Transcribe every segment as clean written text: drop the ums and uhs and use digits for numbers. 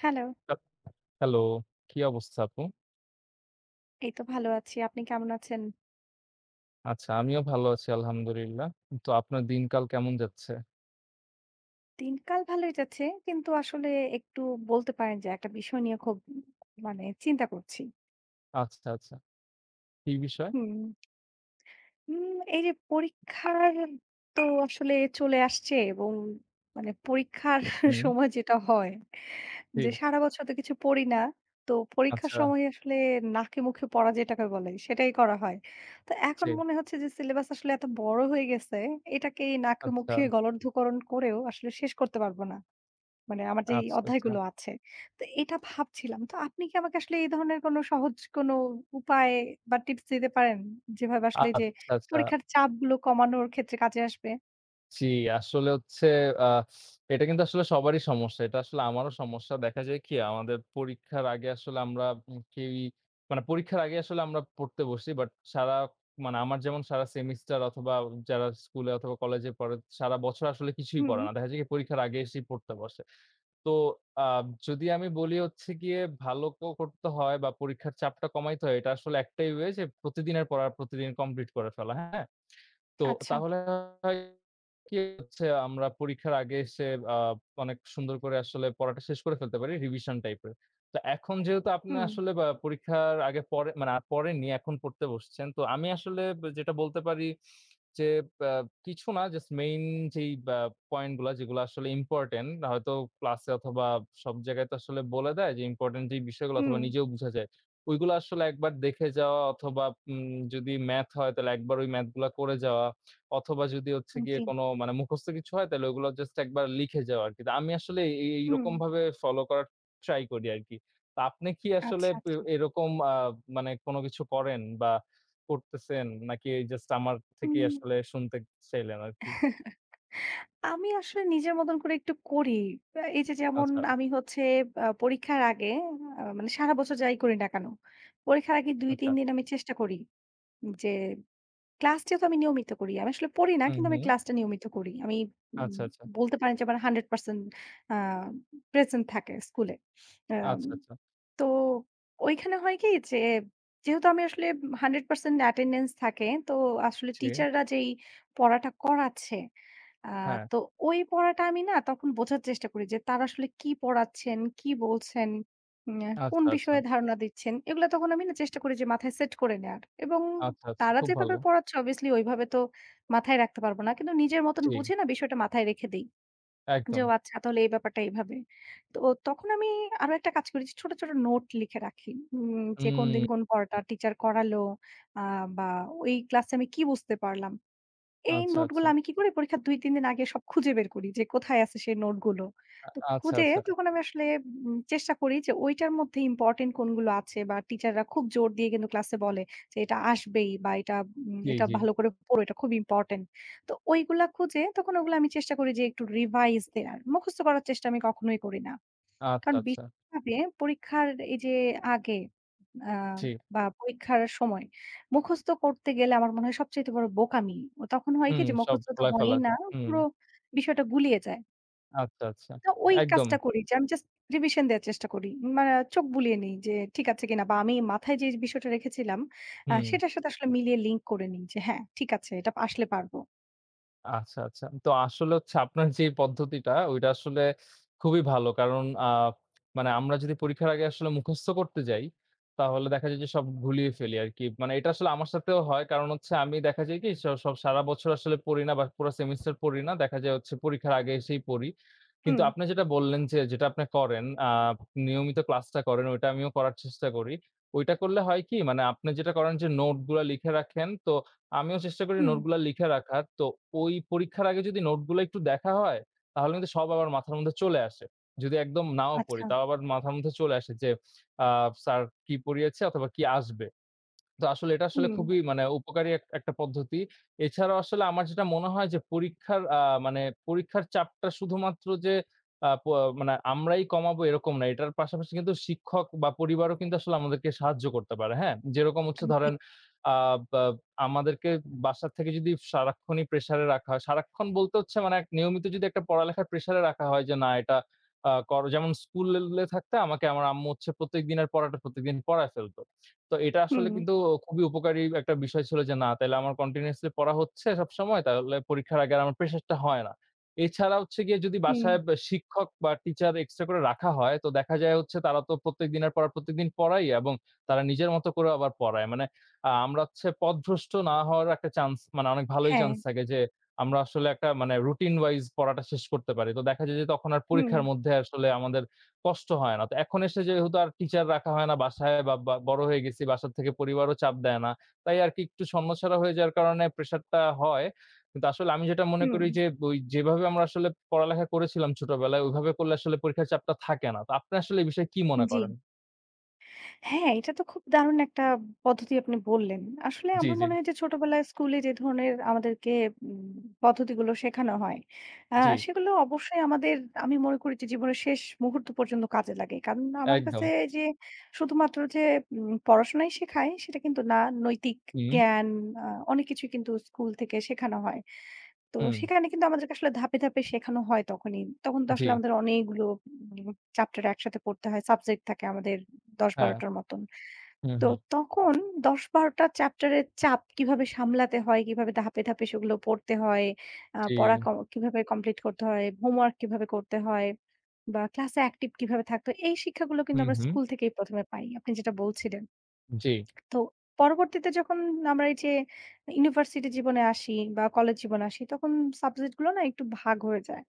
Hello, আচ্ছা, hello, কি অবস্থা আপু? এই তো ভালো আছি। আপনি কেমন আছেন? আচ্ছা, আমিও ভালো আছি আলহামদুলিল্লাহ। তো আপনার দিনকাল কেমন যাচ্ছে? দিনকাল ভালোই যাচ্ছে। কিন্তু আসলে একটু বলতে পারেন যে একটা বিষয় নিয়ে খুব মানে চিন্তা করছি। আচ্ছা, আচ্ছা। কি বিষয়? হুম। এই যে পরীক্ষার তো আসলে চলে আসছে এবং মানে পরীক্ষার হুম, সময় যেটা হয় জি। যে সারা বছর তো কিছু পড়ি না। তো পরীক্ষার আচ্ছা, সময় আসলে নাকে মুখে পড়া যেটাকে বলে সেটাই করা হয়। তো এখন জি। মনে হচ্ছে যে সিলেবাস আসলে এত বড় হয়ে গেছে এটাকে নাকে আচ্ছা, মুখে গলদঘকরণ করেও আসলে শেষ করতে পারবো না। মানে আমার যে এই আচ্ছা, আচ্ছা, আচ্ছা। অধ্যায়গুলো আছে। তো এটা ভাবছিলাম। তো আপনি কি আমাকে আসলে এই ধরনের কোনো সহজ কোনো উপায় বা টিপস দিতে পারেন? যেভাবে আসলে যে আচ্ছা, পরীক্ষার চাপগুলো কমানোর ক্ষেত্রে কাজে আসবে? জি, আসলে হচ্ছে আ এটা কিন্তু আসলে সবারই সমস্যা। এটা আসলে আমারও সমস্যা। দেখা যায় কি আমাদের পরীক্ষার আগে আসলে আমরা কেউই মানে পরীক্ষার আগে আসলে আমরা পড়তে বসি। বাট সারা মানে আমার যেমন সারা সেমিস্টার অথবা যারা স্কুলে অথবা কলেজে পড়ে সারা বছর আসলে কিছুই হুম, পড়ে না। দেখা যায় কি পরীক্ষার আগে এসেই পড়তে বসে। তো আ যদি আমি বলি হচ্ছে গিয়ে ভালো করতে হয় বা পরীক্ষার চাপটা কমাইতে হয় এটা আসলে একটাই ওয়ে যে প্রতিদিনের পড়া প্রতিদিন কমপ্লিট করে ফেলা। হ্যাঁ? তো আচ্ছা। তাহলে হয় কি হচ্ছে আমরা পরীক্ষার আগে এসে আ অনেক সুন্দর করে আসলে পড়াটা শেষ করে ফেলতে পারি রিভিশন টাইপের। তো এখন যেহেতু আপনি হুম, আসলে বা পরীক্ষার আগে পড়ে মানে আর পড়েননি, এখন পড়তে বসছেন। তো আমি আসলে যেটা বলতে পারি যে আ কিছু না জাস্ট মেইন যেই বা পয়েন্ট গুলা যেগুলো আসলে ইম্পোর্টেন্ট হয়তো ক্লাসে অথবা সব জায়গায় তো আসলে বলে দেয় যে ইম্পোর্টেন্ট যে বিষয়গুলো হুম, অথবা নিজেও বুঝা যায়। ওইগুলো আসলে একবার দেখে যাওয়া অথবা উম যদি ম্যাথ হয় তাহলে একবার ওই ম্যাথ গুলা করে যাওয়া অথবা যদি হচ্ছে গিয়ে জি, কোন মানে মুখস্থ কিছু হয় তাহলে ওগুলো জাস্ট একবার লিখে যাওয়া আরকি। তো আমি আসলে এই হুম। এইরকম ভাবে ফলো করার ট্রাই করি আরকি। তো আপনি কি আসলে আচ্ছা, আচ্ছা। এরকম মানে কোন কিছু করেন বা করতেছেন নাকি এই জাস্ট আমার থেকেই হুম। আসলে শুনতে চাইলেন আরকি? আমি আসলে নিজের মতন করে একটু করি। এই যে যেমন আচ্ছা, আমি হচ্ছে পরীক্ষার আগে মানে সারা বছর যাই করি না কেন, পরীক্ষার আগে আচ্ছা। ২-৩ দিন আমি চেষ্টা করি যে ক্লাস যেহেতু আমি নিয়মিত করি। আমি আসলে পড়ি না হুম, কিন্তু আমি হুম। ক্লাসটা নিয়মিত করি। আমি উম আচ্ছা, আচ্ছা। বলতে পারেন যে আমার ১০০% আ প্রেজেন্ট থাকে স্কুলে। আম আচ্ছা, আচ্ছা। তো ওইখানে হয় কি যে, যেহেতু আমি আসলে ১০০% অ্যাটেন্ডেন্স থাকে, তো আসলে জি। টিচাররা যেই পড়াটা করাচ্ছে, আ হ্যাঁ। তো ওই পড়াটা আমি না তখন বোঝার চেষ্টা করি যে, তারা আসলে কি পড়াচ্ছেন, কি বলছেন, উম কোন আচ্ছা, আচ্ছা। বিষয়ে ধারণা দিচ্ছেন, এগুলা তখন আমি না চেষ্টা করি যে মাথায় সেট করে নেয়ার। এবং আচ্ছা, আচ্ছা। তারা খুব যেভাবে ভালো। পড়াচ্ছে, obviously ওইভাবে তো মাথায় রাখতে পারব না। কিন্তু নিজের মতন জি, বুঝে না বিষয়টা মাথায় রেখে দেই। যে একদম। ও আচ্ছা তাহলে এই ব্যাপারটা এইভাবে। তো তখন আমি আরো একটা কাজ করি যে ছোট, ছোট নোট লিখে রাখি। যে হুম, কোনদিন কোন পড়াটা টিচার করালো আ বা ওই ক্লাসে আমি কি বুঝতে পারলাম। এই আচ্ছা, নোটগুলো আচ্ছা। আমি কি করি পরীক্ষার ২-৩ দিন আগে সব খুঁজে বের করি যে কোথায় আছে সেই নোটগুলো। তো আচ্ছা, খুঁজে আচ্ছা। তখন আমি আসলে চেষ্টা করি যে ওইটার মধ্যে ইম্পোর্টেন্ট কোনগুলো আছে বা টিচাররা খুব জোর দিয়ে কিন্তু ক্লাসে বলে যে এটা আসবেই বা এটা জি, এটা জি। ভালো করে পড়ো এটা খুব ইম্পোর্টেন্ট। তো ওইগুলা খুঁজে তখন ওগুলো আমি চেষ্টা করি যে একটু রিভাইজ দেয়ার। মুখস্থ করার চেষ্টা আমি কখনোই করি না। আচ্ছা, কারণ আচ্ছা। বিশেষভাবে পরীক্ষার এই যে আগে আ জি। বা পরীক্ষার সময় মুখস্থ করতে গেলে আমার মনে হয় সবচাইতে বড় বোকামি। ও তখন হয় কি হুম, যে সব মুখস্থ তো ধুলায় ফেলা। হয়ই না। হুম, পুরো বিষয়টা গুলিয়ে যায়। আচ্ছা, আচ্ছা। তো ওই একদম। কাজটা করি যে আমি জাস্ট রিভিশন দেওয়ার চেষ্টা করি। মানে চোখ বুলিয়ে নেই যে ঠিক আছে কিনা বা আমি মাথায় যে বিষয়টা রেখেছিলাম হুম। সেটার সাথে আসলে মিলিয়ে লিঙ্ক করে নিই যে হ্যাঁ, ঠিক আছে এটা আসলে পারবো। আচ্ছা, আচ্ছা। তো আসলে হচ্ছে আপনার যে পদ্ধতিটা ওইটা আসলে খুবই ভালো। কারণ মানে আমরা যদি পরীক্ষার আগে আসলে মুখস্থ করতে যাই, তাহলে দেখা যায় যে সব গুলিয়ে ফেলি আরকি। মানে এটা আসলে আমার সাথেও হয়। কারণ হচ্ছে আমি দেখা যায় কি সব সারা বছর আসলে পড়ি না বা পুরা সেমিস্টার পড়ি না। দেখা যায় হচ্ছে পরীক্ষার আগে এসেই পড়ি। কিন্তু হুম, আপনি যেটা বললেন যে যেটা আপনি করেন নিয়মিত ক্লাসটা করেন ওইটা আমিও করার চেষ্টা করি। ওইটা করলে হয় কি মানে আপনি যেটা করেন যে নোট গুলা লিখে রাখেন। তো আমিও চেষ্টা করি হুম, নোটগুলা লিখে রাখার। তো ওই পরীক্ষার আগে যদি নোটগুলা একটু দেখা হয়, তাহলে কিন্তু সব আবার মাথার মধ্যে চলে আসে। যদি একদম নাও পড়ি, আচ্ছা, তাও আবার মাথার মধ্যে চলে আসে যে, আ স্যার কি পড়িয়েছে অথবা কি আসবে। তো আসলে এটা আসলে হুম, খুবই মানে উপকারী এক একটা পদ্ধতি। এছাড়াও আসলে আমার যেটা মনে হয় যে পরীক্ষার মানে পরীক্ষার চাপটা শুধুমাত্র যে আ প মানে আমরাই কমাবো এরকম না। এটার পাশাপাশি কিন্তু শিক্ষক বা পরিবারও কিন্তু আসলে আমাদেরকে সাহায্য করতে পারে, হ্যাঁ? যেরকম হচ্ছে জি, ধরেন আ বা আমাদেরকে বাসা থেকে যদি সারাক্ষণই প্রেশারে রাখা হয়, সারাক্ষণ বলতে হচ্ছে মানে এক নিয়মিত যদি একটা পড়ালেখার প্রেশারে রাখা হয় যে না এটা আ কর যেমন স্কুলে থাকতে আমাকে আমার আম্মু হচ্ছে প্রত্যেক দিনের পড়াটা প্রত্যেকদিন পড়ায় ফেলত। তো এটা আসলে হুম, কিন্তু খুবই উপকারী একটা বিষয় ছিল যে, না তাইলে আমার কন্টিনিউয়াসলি পড়া হচ্ছে সবসময়। তাহলে পরীক্ষার আগে আর আমার প্রেশারটা হয় না। এছাড়া হচ্ছে গিয়ে যদি হুম, বাসায় শিক্ষক বা টিচার এক্সট্রা করে রাখা হয়, তো দেখা যায় হচ্ছে তারা তো প্রত্যেক দিনের পড়া প্রত্যেকদিন পড়ায় এবং তারা নিজের মতো করেও আবার পড়ায়। মানে আমরা হচ্ছে পথভ্রষ্ট না হওয়ার একটা চান্স মানে অনেক ভালোই হ্যাঁ, চান্স থাকে যে, আমরা আসলে একটা মানে রুটিন ওয়াইজ পড়াটা শেষ করতে পারি। তো দেখা যায় যে তখন আর হুম, পরীক্ষার মধ্যে আসলে আমাদের কষ্ট হয় না। তো এখন এসে যেহেতু আর টিচার রাখা হয় না বাসায় বা বা বড় হয়ে গেছি, বাসার থেকে পরিবারও চাপ দেয় না। তাই আরকি একটু শর্মছাড়া হয়ে যাওয়ার কারণে প্রেশারটা হয়। কিন্তু আসলে আমি যেটা মনে হুম, করি যে, ওই যেভাবে আমরা আসলে পড়ালেখা করেছিলাম ছোটবেলায়, ওইভাবে করলে আসলে পরীক্ষার চাপটা থাকে না। তো আপনি আসলে এই বিষয়ে কি মনে জি। করেন? হ্যাঁ, এটা তো খুব দারুণ একটা পদ্ধতি আপনি বললেন। আসলে জি, আমার জি, মনে হয় যে ছোটবেলায় স্কুলে যে ধরনের আমাদেরকে উম পদ্ধতিগুলো শেখানো হয়, আ জি, সেগুলো অবশ্যই আমাদের আমি মনে করি যে জীবনের শেষ মুহূর্ত পর্যন্ত কাজে লাগে। কারণ আমার একদম। কাছে যে শুধুমাত্র যে পড়াশোনাই শেখায় সেটা কিন্তু না, নৈতিক হুম, জ্ঞান আ অনেক কিছুই কিন্তু স্কুল থেকে শেখানো হয়। তো হুম, সেখানে কিন্তু আমাদেরকে আসলে ধাপে, ধাপে শেখানো হয় তখনই। তখন তো জি, আসলে আমাদের অনেকগুলো উম চ্যাপ্টার একসাথে পড়তে হয়। সাবজেক্ট থাকে আমাদের ১০-১২ হ্যাঁ, টার মতন। হুম, তো হুম, তখন ১০-১২ টা চ্যাপ্টারের চাপ কিভাবে সামলাতে হয়, কিভাবে ধাপে, ধাপে সেগুলো পড়তে হয়, জি, পড়া ক কিভাবে কমপ্লিট করতে হয়, হোমওয়ার্ক কিভাবে করতে হয় বা ক্লাসে অ্যাক্টিভ কিভাবে থাকতে হয়, এই শিক্ষাগুলো কিন্তু হুম, আমরা হুম, স্কুল থেকেই ১ম এ পাই। আপনি যেটা বলছিলেন। জি, তো পরবর্তীতে যখন আমরা এই যে ইউনিভার্সিটি জীবনে আসি বা কলেজ জীবনে আসি, তখন সাবজেক্ট গুলো না একটু ভাগ হয়ে যায়।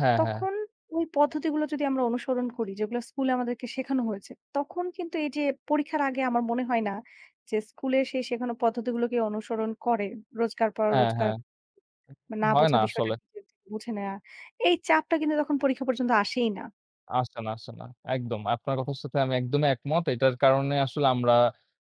হ্যাঁ, হ্যাঁ, তখন ওই পদ্ধতিগুলো যদি আমরা অনুসরণ করি, যেগুলো স্কুলে আমাদেরকে শেখানো হয়েছে, তখন কিন্তু এই যে পরীক্ষার আগে আমার মনে হয় না যে স্কুলে সেই শেখানো পদ্ধতিগুলোকে অনুসরণ করে রোজকার পড়া, হ্যাঁ, রোজকার হ্যাঁ, না হয় বোঝা না বিষয়টা আসলে। নিজের থেকে বুঝে নেয়া। এই চাপটা কিন্তু তখন পরীক্ষা পর্যন্ত আসেই না। আসে না, আসে না। একদম। আপনার কথার সাথে আমি একদমই একমত। এটার কারণে আসলে আমরা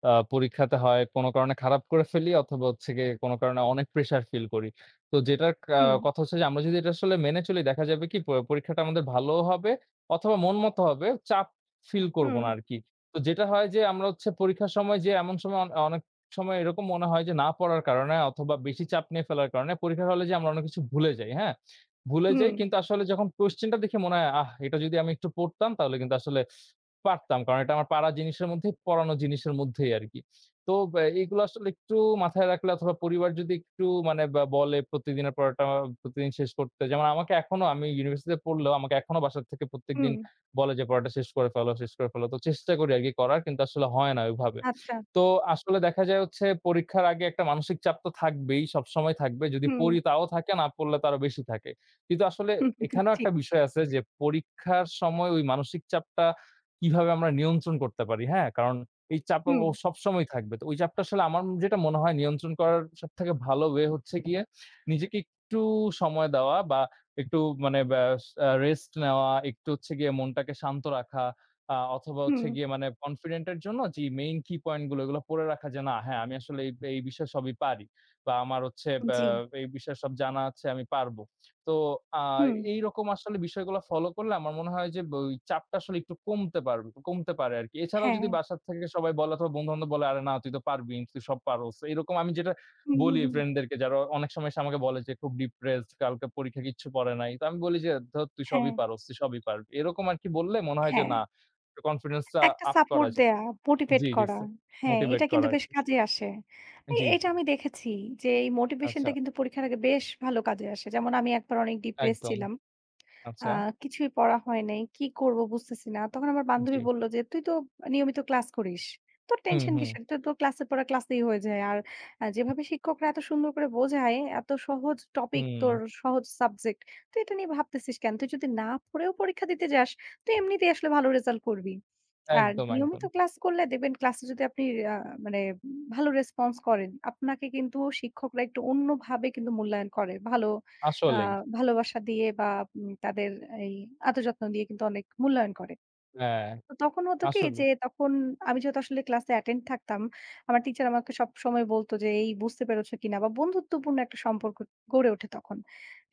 পরীক্ষাতে হয় কোনো কারণে খারাপ করে ফেলি অথবা হচ্ছে গিয়ে কোনো কারণে অনেক প্রেশার ফিল করি। তো যেটার কা হুম, কথা হচ্ছে যে আমরা যদি এটা আসলে মেনে চলি দেখা যাবে কি পরীক্ষাটা আমাদের ভালোও হবে অথবা মন মতো হবে। চাপ ফিল করব হুম, না আরকি। তো যেটা হয় যে আমরা হচ্ছে পরীক্ষার সময় যে এমন সময় অনেক সময় এরকম মনে হয় যে না পড়ার কারণে অথবা বেশি চাপ নিয়ে ফেলার কারণে পরীক্ষার হলে যে আমরা অনেক কিছু ভুলে যাই। হ্যাঁ? ভুলে হুম, যাই। কিন্তু আসলে যখন কোয়েশ্চেনটা দেখে মনে হয়, আহ! এটা যদি আমি একটু পড়তাম তাহলে কিন্তু আসলে পারতাম। কারণ এটা আমার পারা জিনিসের মধ্যেই, পড়ানো জিনিসের মধ্যেই আরকি। তো এইগুলো আসলে একটু মাথায় রাখলে অথবা পরিবার যদি একটু মানে বা বলে প্রতিদিনের পড়াটা প্রতিদিন শেষ করতে। যেমন আমাকে এখনো আমি ইউনিভার্সিটিতে পড়লেও আমাকে এখনো বাসা থেকে হুম, প্রত্যেকদিন বলে যে, "পড়াটা শেষ করে ফেলো, শেষ করে ফেলো।" তো চেষ্টা করি আরকি করার কিন্তু আসলে হয় না ওইভাবে। আচ্ছা, তো আসলে দেখা যায় হচ্ছে পরীক্ষার আগে একটা মানসিক চাপ তো থাকবেই, সবসময় থাকবে। যদি হুম, পড়ি তাও থাকে, না পড়লে তো আরো বেশি থাকে। কিন্তু আসলে হুম হুম, এখানেও ঠিক, একটা বিষয় আছে যে পরীক্ষার সময় ওই মানসিক চাপটা কিভাবে আমরা নিয়ন্ত্রণ করতে পারি, হ্যাঁ? কারণ এই চাপ হুম, ও সবসময় থাকবে। তো ওই চাপটা আসলে আমার যেটা মনে হয় নিয়ন্ত্রণ করার সবথেকে ভালো ওয়ে হচ্ছে গিয়ে নিজেকে একটু সময় দেওয়া বা একটু মানে ব্যাস রেস্ট নেওয়া, একটু হচ্ছে গিয়ে মনটাকে শান্ত রাখা অথবা হুম, হচ্ছে গিয়ে মানে কনফিডেন্ট এর জন্য যে মেইন কি পয়েন্ট গুলো এগুলো পড়ে রাখা যে না হ্যাঁ, আমি আসলে এই বিষয়ে সবই পারি বা আমার হচ্ছে জি, এই বিষয়ে সব জানা আছে আমি পারব। তো আ হুম, এইরকম আসলে বিষয়গুলা ফলো করলে আমার মনে হয় যে ওই চাপটা আসলে একটু কমতে পারে আরকি। এছাড়াও হ্যাঁ, যদি বাসা থেকে সবাই বলে অথবা বন্ধু-বান্ধব বলে, "আরে না তুই তো পারবি, তুই সব পারোস।" এরকম আমি যেটা হুম, হুম, বলি হুম, ফ্রেন্ডদেরকে যারা অনেক সময় এসে আমাকে বলে যে, "খুব ডিপ্রেসড, কালকে পরীক্ষা কিচ্ছু পড়ে নাই।" তো আমি বলি যে, "ধুর তুই হ্যাঁ, সবই পারোস, তুই সবই পারবি।" এরকম আরকি বললে মনে হয় যে হ্যাঁ। না, একটু কনফিডেন্সটা একটা আপ করা সাপোর্ট যায়। দেয়া, মোটিভেট জি, জি। করা। সো হ্যাঁ, মোটিভেট এটা কিন্তু করা বেশ আরকি। কাজে আসে। জি, এটা জি। আমি দেখেছি যে এই আচ্ছা, মোটিভেশনটা কিন্তু পরীক্ষার আগে বেশ ভালো কাজে আসে। যেমন আমি একবার অনেক ডিপ্রেসড একদম। ছিলাম। আ আচ্ছা, কিছুই পড়া হয় নাই। কি করব বুঝতেছি না। তখন আমার জি। বান্ধবী বলল যে, "তুই তো নিয়মিত ক্লাস করিস। তোর হুম, টেনশন হুম, কিসের? তোর ক্লাসের পড়া ক্লাসেই হয়ে যায়। আর যেভাবে শিক্ষকরা এত সুন্দর করে বোঝায়, এত সহজ টপিক হুম। তোর সহজ সাবজেক্ট। তুই এটা নিয়ে ভাবতেছিস কেন? তুই যদি না পড়েও পরীক্ষা দিতে যাস, তুই এমনিতেই আসলে ভালো রেজাল্ট করবি। আর একদম, নিয়মিত একদম। ক্লাস করলে দেখবেন ক্লাসে যদি আপনি আ মানে ভালো রেসপন্স করেন, আপনাকে কিন্তু শিক্ষকরা একটু অন্যভাবে কিন্তু মূল্যায়ন করে। ভালো আ আসলেই। ভালোবাসা দিয়ে বা তাদের এই আদর যত্ন দিয়ে কিন্তু অনেক মূল্যায়ন করে। হ্যাঁ, তো তখন হতো কি আসলে। যে তখন আমি যেহেতু আসলে ক্লাসে অ্যাটেন্ড থাকতাম, আমার টিচার আমাকে সবসময় বলত যে, "এই বুঝতে পেরেছো কিনা?" বা বন্ধুত্বপূর্ণ একটা সম্পর্ক গড়ে ওঠে তখন।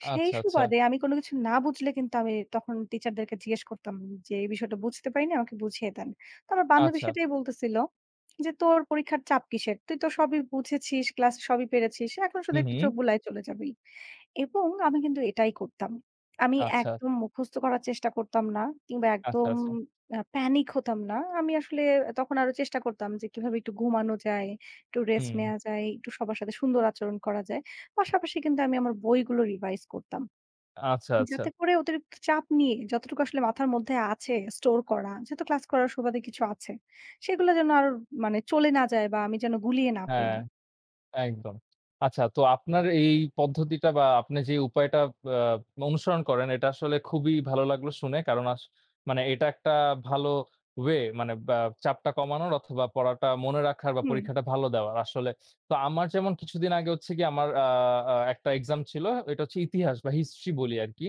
সেই আচ্ছা, আচ্ছা, সুবাদে আমি কোনো কিছু না বুঝলে কিন্তু আমি তখন টিচারদেরকে জিজ্ঞেস করতাম যে, "এই বিষয়টা বুঝতে পারিনি, আমাকে বুঝিয়ে দেন।" তো আমার বান্ধবী আচ্ছা। সেটাই বলতেছিল যে, "তোর পরীক্ষার চাপ কিসের? তুই তো সবই বুঝেছিস, ক্লাসে সবই পেরেছিস। এখন শুধু হু, একটু হু। চোখ বুলায় চলে যাবি।" এবং আমি কিন্তু এটাই করতাম। আমি আচ্ছা, একদম মুখস্থ করার চেষ্টা করতাম না কিংবা আচ্ছা, একদম আচ্ছা। প্যানিক হতাম না। আমি আসলে তখন আরো চেষ্টা করতাম যে কিভাবে একটু ঘুমানো যায়, একটু রেস্ট হুম। নেয়া যায়, একটু সবার সাথে সুন্দর আচরণ করা যায়। পাশাপাশি কিন্তু আমি আমার বইগুলো রিভাইজ করতাম। আচ্ছা, আচ্ছা। যাতে করে অতিরিক্ত চাপ নিয়ে যতটুকু আসলে মাথার মধ্যে আছে স্টোর করা, যেহেতু ক্লাস করার সুবাদে কিছু আছে, সেগুলো যেন আর মানে চলে না যায় বা আমি যেন গুলিয়ে না হ্যাঁ। ফেলি। একদম। আচ্ছা তো আপনার এই পদ্ধতিটা বা আপনি যে উপায়টা আ অনুসরণ করেন এটা আসলে খুবই ভালো লাগলো শুনে। কারণ মানে এটা একটা ভালো ওয়ে মানে বা চাপটা কমানোর অথবা পড়াটা মনে রাখার বা হুম, পরীক্ষাটা ভালো দেওয়ার আসলে। তো আমার যেমন কিছুদিন আগে হচ্ছে গিয়ে আমার আ আ একটা এক্সাম ছিল। এটা হচ্ছে ইতিহাস বা হিস্ট্রি বলি আরকি।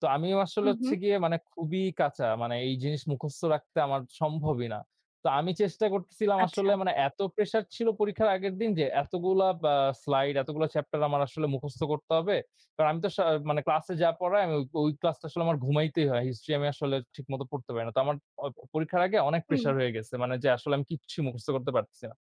তো আমিও আসলে হুম, হচ্ছে হুম। গিয়ে মানে খুবই কাঁচা। মানে এই জিনিস মুখস্থ রাখতে আমার সম্ভবই না। তো আমি চেষ্টা করতেছিলাম আচ্ছা। আসলে মানে এত প্রেশার ছিল পরীক্ষার আগের দিন যে এতগুলা স্লাইড, এতগুলা চ্যাপ্টার আমার আসলে মুখস্থ করতে হবে। কারণ আমি তো মানে ক্লাসে যা পড়ায় আমি ওই ওই ক্লাসটা আসলে আমার ঘুমাইতেই হয়। হিস্ট্রি আমি আসলে ঠিকমতো পড়তে পারি না। তো আমার অ পরীক্ষার আগে অনেক হুম, প্রেশার হয়ে গেছে। মানে যে আসলে আমি কিচ্ছু মুখস্থ করতে পারতেছি না।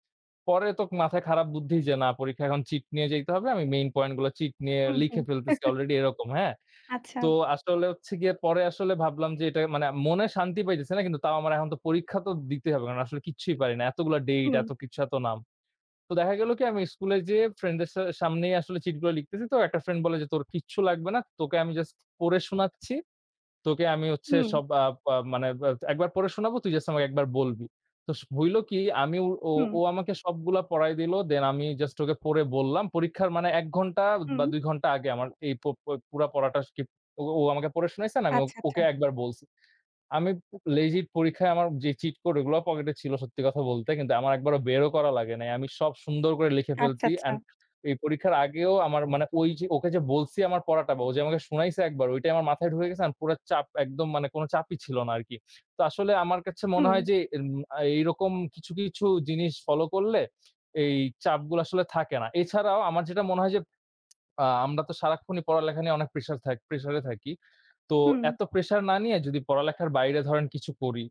পরে তো মাথায় খারাপ বুদ্ধি যে না পরীক্ষায় এখন চিট নিয়ে যাইতে হবে। আমি মেইন পয়েন্ট গুলো চিট নিয়ে হুম, হুম। লিখে ফেলতেছি অলরেডি এরকম, হ্যাঁ? আচ্ছা। তো আসলে হচ্ছে গিয়ে পরে আসলে ভাবলাম যে এটা মানে মনে শান্তি পাইতেছি না কিন্তু তাও আমার এখন তো পরীক্ষা তো দিতেই হবে। কারণ আসলে কিচ্ছুই পারি না। এতগুলা ডেট, হুম, এত কিছু, এত নাম। তো দেখা গেল কি আমি স্কুলে যেয়ে ফ্রেন্ডদের সামনেই আসলে চিটগুলো লিখতেছি। তো একটা ফ্রেন্ড বলে যে, "তোর কিচ্ছু লাগবে না। তোকে আমি জাস্ট পড়ে শোনাচ্ছি। তোকে আমি হচ্ছে হুম, সব আ পা মানে বা একবার পড়ে শোনাবো, তুই জাস্ট আমাকে একবার বলবি। তো হইল কি আমি ও ও হুম, ও আমাকে সবগুলা পড়ায় দিল। দেন আমি জাস্ট ওকে পড়ে বললাম। পরীক্ষার মানে ১ ঘন্টা হুম। বা ২ ঘন্টা আগে আমার এই প প পুরা পড়াটা স্কিপ ও ও আমাকে পড়ে শোনাইছে আর আমি ও আচ্ছা, আচ্ছা। ওকে একবার বলছি। আমি লেজিট পরীক্ষায় আমার যে চিট কোড ওগুলো পকেটে ছিল সত্যি কথা বলতে। কিন্তু আমার একবারও বেরও করা লাগে নাই। আমি সব সুন্দর করে লিখে আচ্ছা, ফেলছি আচ্ছা। অ্যান্ড এই পরীক্ষার আগেও আমার মানে ওই যে ওকে যে বলছি আমার পড়াটা বা ও যে আমাকে শুনাইছে একবার ওইটাই আমার মাথায় ঢুকে গেছে। আর পুরা চাপ একদম মানে কোনো চাপই ছিল না আরকি। তো আসলে আমার কাছে মনে হুম, হয় যে এম আ এইরকম কিছু, কিছু জিনিস ফলো করলে এই চাপগুলো আসলে থাকে না। এছাড়াও আমার যেটা মনে হয় যে আমরা তো সারাক্ষণই পড়ালেখা নিয়ে অনেক প্রেশারে থাকি। তো হুম, এত প্রেশার না নিয়ে যদি পড়ালেখার বাইরে ধরেন কিছু করি,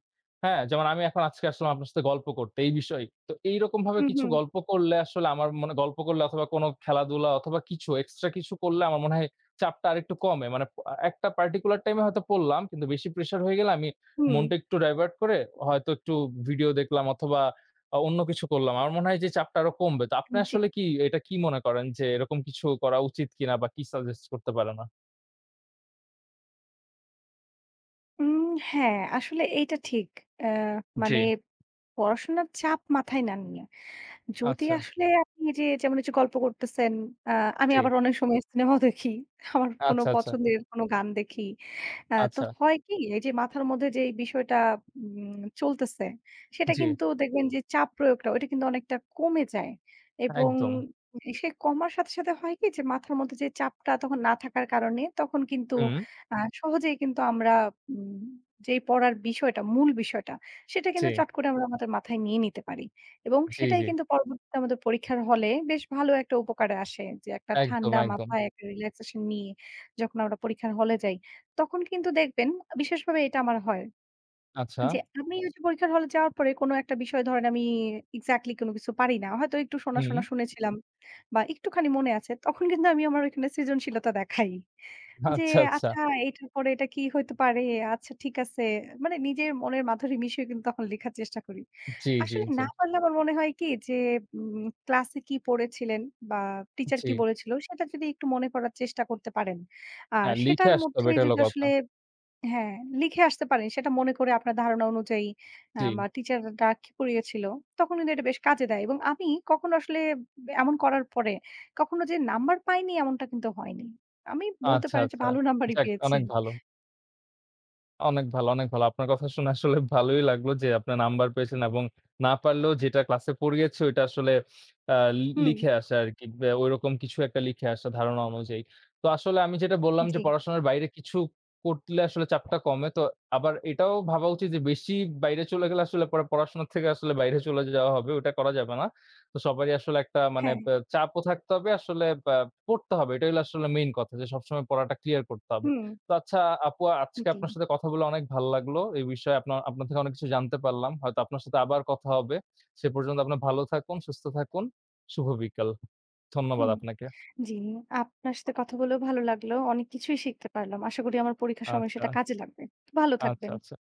হ্যাঁ? যেমন আমি এখন আজকে আসলাম আপনার সাথে গল্প করতে এই বিষয়ে। তো এইরকমভাবে হুম, কিছু হুম, গল্প করলে আসলে আমার মনে গল্প করলে অথবা কোনো খেলাধুলা অথবা কিছু এক্সট্রা কিছু করলে আমার মনে হয় চাপটা আরেকটু কমে। মানে একটা পার্টিকুলার টাইমে হয়তো পড়লাম কিন্তু বেশি প্রেশার হয়ে গেলে আমি হুম। মনটা একটু ডাইভার্ট করে হয়তো একটু ভিডিও দেখলাম অথবা অন্য কিছু করলাম। আমার মনে হয় যে চাপটা আরো কমবে। তো আপনি জি। আসলে কি এটা কি মনে করেন যে এরকম কিছু করা উচিত কিনা বা কি সাজেস্ট করতে পারেন আ উম হ্যাঁ, আসলে এইটা ঠিক। অ্যা জি, মানে পড়াশোনার চাপ মাথায় না নিয়ে। যদি আচ্ছা, আসলে আপনি এই যে যেমন এই যে গল্প করতেছেন, আ আমি জি, আবার অনেক সময় সিনেমাও দেখি। আমার কোনো আচ্ছা, আচ্ছা, পছন্দের কোনো গান দেখি। তো আচ্ছা, হয় কি? এই যে মাথার মধ্যে যে এই বিষয়টা চলতেছে, সেটা জি, কিন্তু দেখবেন যে চাপ প্রয়োগটা ওইটা কিন্তু অনেকটা কমে যায়। এবং একদম। সে কমার সাথে, সাথে হয় কি? যে মাথার মধ্যে যে চাপটা তখন না থাকার কারণে তখন কিন্তু হুম, সহজেই কিন্তু আমরা উম যেই পড়ার বিষয়টা, মূল বিষয়টা সেটা জি, কিন্তু চট করে আমরা আমাদের মাথায় নিয়ে নিতে পারি। এবং জি, সেটাই জি, কিন্তু পরবর্তীতে আমাদের পরীক্ষার হলে বেশ ভালো একটা উপকারে আসে। যে একটা একদম, ঠান্ডা একদম। মাথায় একটা রিল্যাক্সেশন নিয়ে যখন আমরা পরীক্ষার হলে যাই তখন কিন্তু দেখবেন বিশেষভাবে এটা আমার হয়। আচ্ছা, যে আমি ওই যে পরীক্ষার হলে যাওয়ার পরে কোনো একটা বিষয় ধরেন আমি এক্সাক্টলি কোনো কিছু পারি না। হয়তো একটু শোনা, হুম, শোনা শুনেছিলাম বা একটুখানি মনে আছে। তখন কিন্তু আমি আমার ওইখানে সৃজনশীলতা দেখাই। যে আচ্ছা, আচ্ছা, আচ্ছা এটার পরে এটা কি হইতে পারে? আচ্ছা ঠিক আছে। মানে নিজের মনের মাধুরী মিশিয়ে কিন্তু তখন লেখার চেষ্টা করি। জি, জি, আসলে জি, না পারলে আমার মনে হয় কি যে ক্লাসে কি পড়েছিলেন বা টিচার জি। কি বলেছিল সেটা যদি একটু মনে করার চেষ্টা করতে পারেন। আর হ্যাঁ, লিখে সেটার আসতে মধ্যে হবে এটা হলো যদি কথা। আসলে হ্যাঁ, লিখে আসতে পারেন। সেটা মনে করে আপনার ধারণা অনুযায়ী জি, বা টিচাররা কি পড়িয়েছিল, তখন কিন্তু এটা বেশ কাজে দেয় এবং আমি কখনো আসলে এমন করার পরে কখনো যে নাম্বার পাইনি এমনটা কিন্তু হয়নি। আমি বলতে আচ্ছা, পারেন যে আচ্ছা। ভালো নাম্বারই যাক পেয়েছি। অনেক ভালো। অনেক ভালো, অনেক ভালো। আপনার কথা শুনে আসলে ভালোই লাগলো যে আপনার নাম্বার পেয়েছেন এবং না পারলেও যেটা ক্লাসে পড়িয়েছে ওইটা আসলে আ লি হুম, লিখে আসা আরকি। ওইরকম কিছু একটা লিখে আসা ধারণা অনুযায়ী। তো আসলে আমি যেটা বললাম জি, যে পড়াশোনার বাইরে কিছু করলে আসলে চাপটা কমে। তো আবার এটাও ভাবা উচিত যে বেশি বাইরে চলে গেলে আসলে পরে পড়াশোনা থেকে আসলে বাইরে চলে যাওয়া হবে। ওটা করা যাবে না। তো সবারই আসলে একটা মানে হ্যাঁ, চাপও থাকতে হবে আসলে পড়তে হবে। এটাই হলো আসলে মেইন কথা যে সবসময় পড়াটা ক্লিয়ার করতে হবে। হুম, তো আচ্ছা আপু আজকে জি, আপনার সাথে কথা বলে অনেক ভালো লাগলো। এই বিষয়ে আপনার আপনার থেকে অনেক কিছু জানতে পারলাম। হয়তো আপনার সাথে আবার কথা হবে। সে পর্যন্ত আপনার ভালো থাকুন, সুস্থ থাকুন। শুভ বিকাল। ধন্যবাদ হুম, আপনাকে। জি। আপনার সাথে কথা বলেও ভালো লাগলো। অনেক কিছুই শিখতে পারলাম। আশা করি আমার পরীক্ষার সময় আচ্ছা, সেটা কাজে লাগবে। ভালো আচ্ছা, থাকবেন। আচ্ছা।